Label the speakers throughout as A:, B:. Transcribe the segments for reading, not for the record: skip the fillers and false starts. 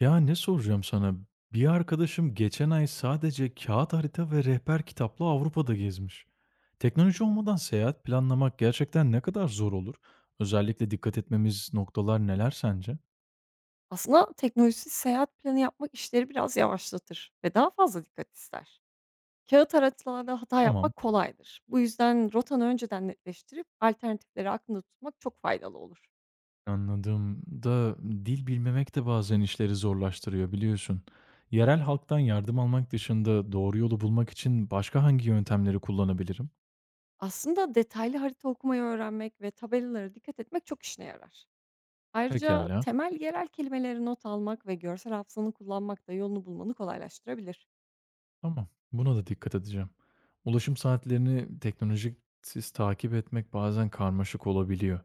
A: Ya, ne soracağım sana? Bir arkadaşım geçen ay sadece kağıt harita ve rehber kitapla Avrupa'da gezmiş. Teknoloji olmadan seyahat planlamak gerçekten ne kadar zor olur? Özellikle dikkat etmemiz noktalar neler sence?
B: Aslında teknolojisiz seyahat planı yapmak işleri biraz yavaşlatır ve daha fazla dikkat ister. Kağıt haritalarda hata
A: Tamam,
B: yapmak kolaydır. Bu yüzden rotanı önceden netleştirip alternatifleri aklında tutmak çok faydalı olur.
A: anladım da dil bilmemek de bazen işleri zorlaştırıyor biliyorsun. Yerel halktan yardım almak dışında doğru yolu bulmak için başka hangi yöntemleri kullanabilirim?
B: Aslında detaylı harita okumayı öğrenmek ve tabelalara dikkat etmek çok işine yarar. Ayrıca
A: Pekala.
B: temel yerel kelimeleri not almak ve görsel hafızanı kullanmak da yolunu bulmanı kolaylaştırabilir.
A: Tamam, buna da dikkat edeceğim. Ulaşım saatlerini teknolojisiz takip etmek bazen karmaşık olabiliyor.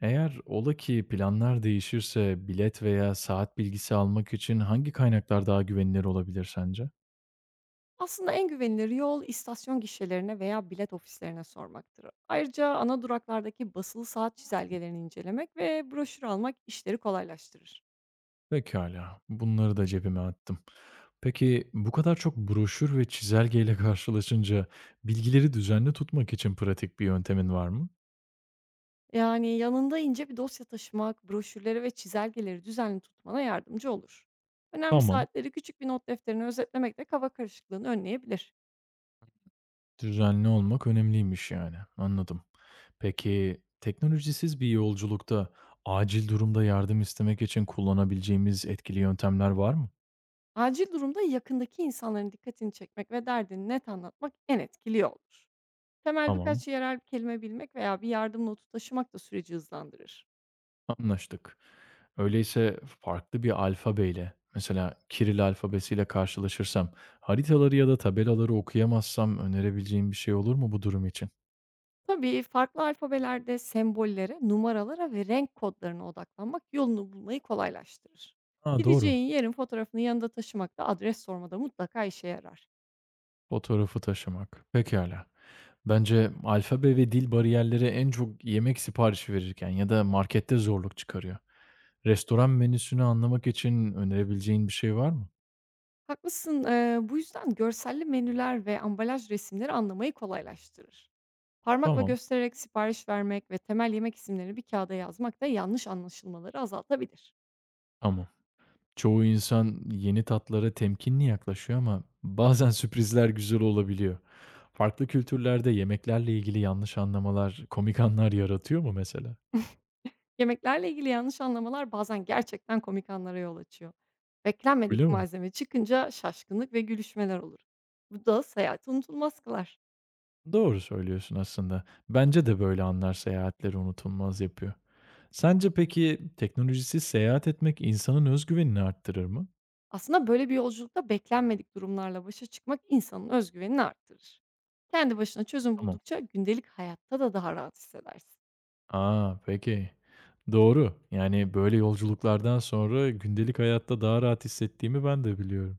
A: Eğer ola ki planlar değişirse bilet veya saat bilgisi almak için hangi kaynaklar daha güvenilir olabilir sence?
B: Aslında en güvenilir yol istasyon gişelerine veya bilet ofislerine sormaktır. Ayrıca ana duraklardaki basılı saat çizelgelerini incelemek ve broşür almak işleri kolaylaştırır.
A: Pekala, bunları da cebime attım. Peki bu kadar çok broşür ve çizelgeyle karşılaşınca bilgileri düzenli tutmak için pratik bir yöntemin var mı?
B: Yani yanında ince bir dosya taşımak, broşürleri ve çizelgeleri düzenli tutmana yardımcı olur. Önemli
A: Tamam.
B: saatleri küçük bir not defterine özetlemek de kafa karışıklığını önleyebilir.
A: Düzenli olmak önemliymiş yani, anladım. Peki, teknolojisiz bir yolculukta acil durumda yardım istemek için kullanabileceğimiz etkili yöntemler var mı?
B: Acil durumda yakındaki insanların dikkatini çekmek ve derdini net anlatmak en etkili yoldur. Temel
A: Tamam,
B: birkaç yerel kelime bilmek veya bir yardım notu taşımak da süreci hızlandırır.
A: anlaştık. Öyleyse farklı bir alfabeyle, mesela Kiril alfabesiyle karşılaşırsam, haritaları ya da tabelaları okuyamazsam önerebileceğim bir şey olur mu bu durum için?
B: Tabii, farklı alfabelerde sembollere, numaralara ve renk kodlarına odaklanmak yolunu bulmayı kolaylaştırır.
A: Ha, doğru.
B: Gideceğin yerin fotoğrafını yanında taşımak da adres sormada mutlaka işe yarar.
A: Fotoğrafı taşımak. Pekâlâ. Bence alfabe ve dil bariyerleri en çok yemek siparişi verirken ya da markette zorluk çıkarıyor. Restoran menüsünü anlamak için önerebileceğin bir şey var mı?
B: Haklısın, bu yüzden görselli menüler ve ambalaj resimleri anlamayı kolaylaştırır. Parmakla
A: Tamam,
B: göstererek sipariş vermek ve temel yemek isimlerini bir kağıda yazmak da yanlış anlaşılmaları azaltabilir.
A: tamam. Çoğu insan yeni tatlara temkinli yaklaşıyor ama bazen sürprizler güzel olabiliyor. Farklı kültürlerde yemeklerle ilgili yanlış anlamalar, komik anlar yaratıyor mu mesela?
B: Yemeklerle ilgili yanlış anlamalar bazen gerçekten komik anlara yol açıyor.
A: Öyle
B: Beklenmedik
A: mi?
B: malzeme çıkınca şaşkınlık ve gülüşmeler olur. Bu da seyahati unutulmaz kılar.
A: Doğru söylüyorsun aslında. Bence de böyle anlar seyahatleri unutulmaz yapıyor. Sence peki teknolojisiz seyahat etmek insanın özgüvenini arttırır mı?
B: Aslında böyle bir yolculukta beklenmedik durumlarla başa çıkmak insanın özgüvenini arttırır. Kendi başına çözüm
A: Tamam.
B: buldukça gündelik hayatta da daha rahat hissedersin.
A: Aa, peki. Doğru. Yani, böyle yolculuklardan sonra gündelik hayatta daha rahat hissettiğimi ben de biliyorum.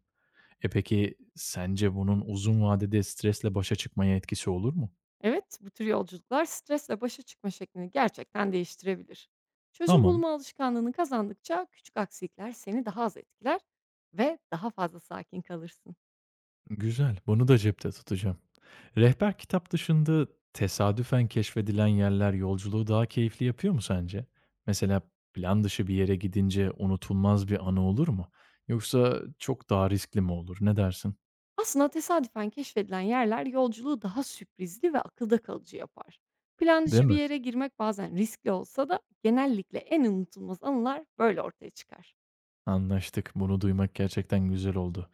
A: Peki sence bunun uzun vadede stresle başa çıkmaya etkisi olur mu?
B: Evet, bu tür yolculuklar stresle başa çıkma şeklini gerçekten değiştirebilir. Çözüm
A: Tamam.
B: bulma alışkanlığını kazandıkça küçük aksilikler seni daha az etkiler ve daha fazla sakin kalırsın.
A: Güzel, bunu da cepte tutacağım. Rehber kitap dışında tesadüfen keşfedilen yerler yolculuğu daha keyifli yapıyor mu sence? Mesela plan dışı bir yere gidince unutulmaz bir anı olur mu? Yoksa çok daha riskli mi olur? Ne dersin?
B: Aslında tesadüfen keşfedilen yerler yolculuğu daha sürprizli ve akılda kalıcı yapar. Plan
A: Değil
B: dışı bir
A: mi?
B: yere girmek bazen riskli olsa da genellikle en unutulmaz anılar böyle ortaya çıkar.
A: Anlaştık. Bunu duymak gerçekten güzel oldu.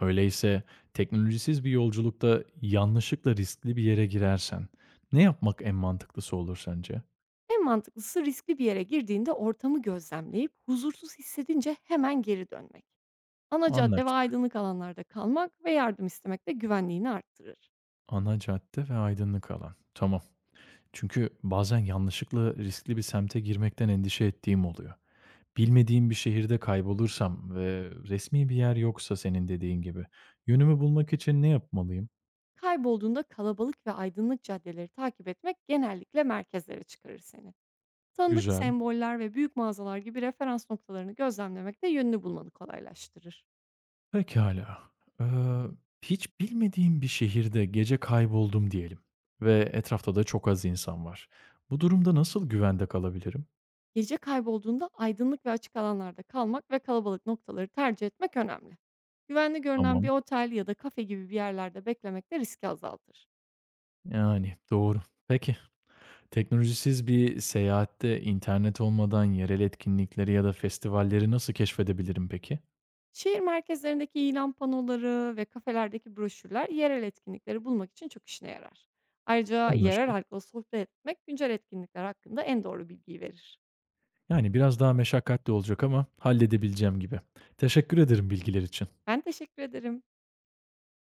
A: Öyleyse teknolojisiz bir yolculukta yanlışlıkla riskli bir yere girersen ne yapmak en mantıklısı olur sence?
B: En mantıklısı riskli bir yere girdiğinde ortamı gözlemleyip huzursuz hissedince hemen geri dönmek. Ana cadde ve
A: Anlaştık.
B: aydınlık alanlarda kalmak ve yardım istemek de güvenliğini arttırır.
A: Ana cadde ve aydınlık alan. Tamam. Çünkü bazen yanlışlıkla riskli bir semte girmekten endişe ettiğim oluyor. Bilmediğim bir şehirde kaybolursam ve resmi bir yer yoksa senin dediğin gibi yönümü bulmak için ne yapmalıyım?
B: Kaybolduğunda kalabalık ve aydınlık caddeleri takip etmek genellikle merkezlere çıkarır seni. Tanıdık
A: Güzel.
B: semboller ve büyük mağazalar gibi referans noktalarını gözlemlemek de yönünü bulmanı kolaylaştırır.
A: Pekala. Ee, hiç bilmediğim bir şehirde gece kayboldum diyelim ve etrafta da çok az insan var. Bu durumda nasıl güvende kalabilirim?
B: Gece kaybolduğunda aydınlık ve açık alanlarda kalmak ve kalabalık noktaları tercih etmek önemli. Güvenli görünen bir
A: Tamam.
B: otel ya da kafe gibi bir yerlerde beklemek de riski azaltır.
A: Yani doğru. Peki. Teknolojisiz bir seyahatte internet olmadan yerel etkinlikleri ya da festivalleri nasıl keşfedebilirim peki?
B: Şehir merkezlerindeki ilan panoları ve kafelerdeki broşürler yerel etkinlikleri bulmak için çok işine yarar. Ayrıca yerel
A: Anlaştık.
B: halkla sohbet etmek güncel etkinlikler hakkında en doğru bilgiyi verir.
A: Yani biraz daha meşakkatli olacak ama halledebileceğim gibi. Teşekkür ederim bilgiler için.
B: Ben teşekkür ederim.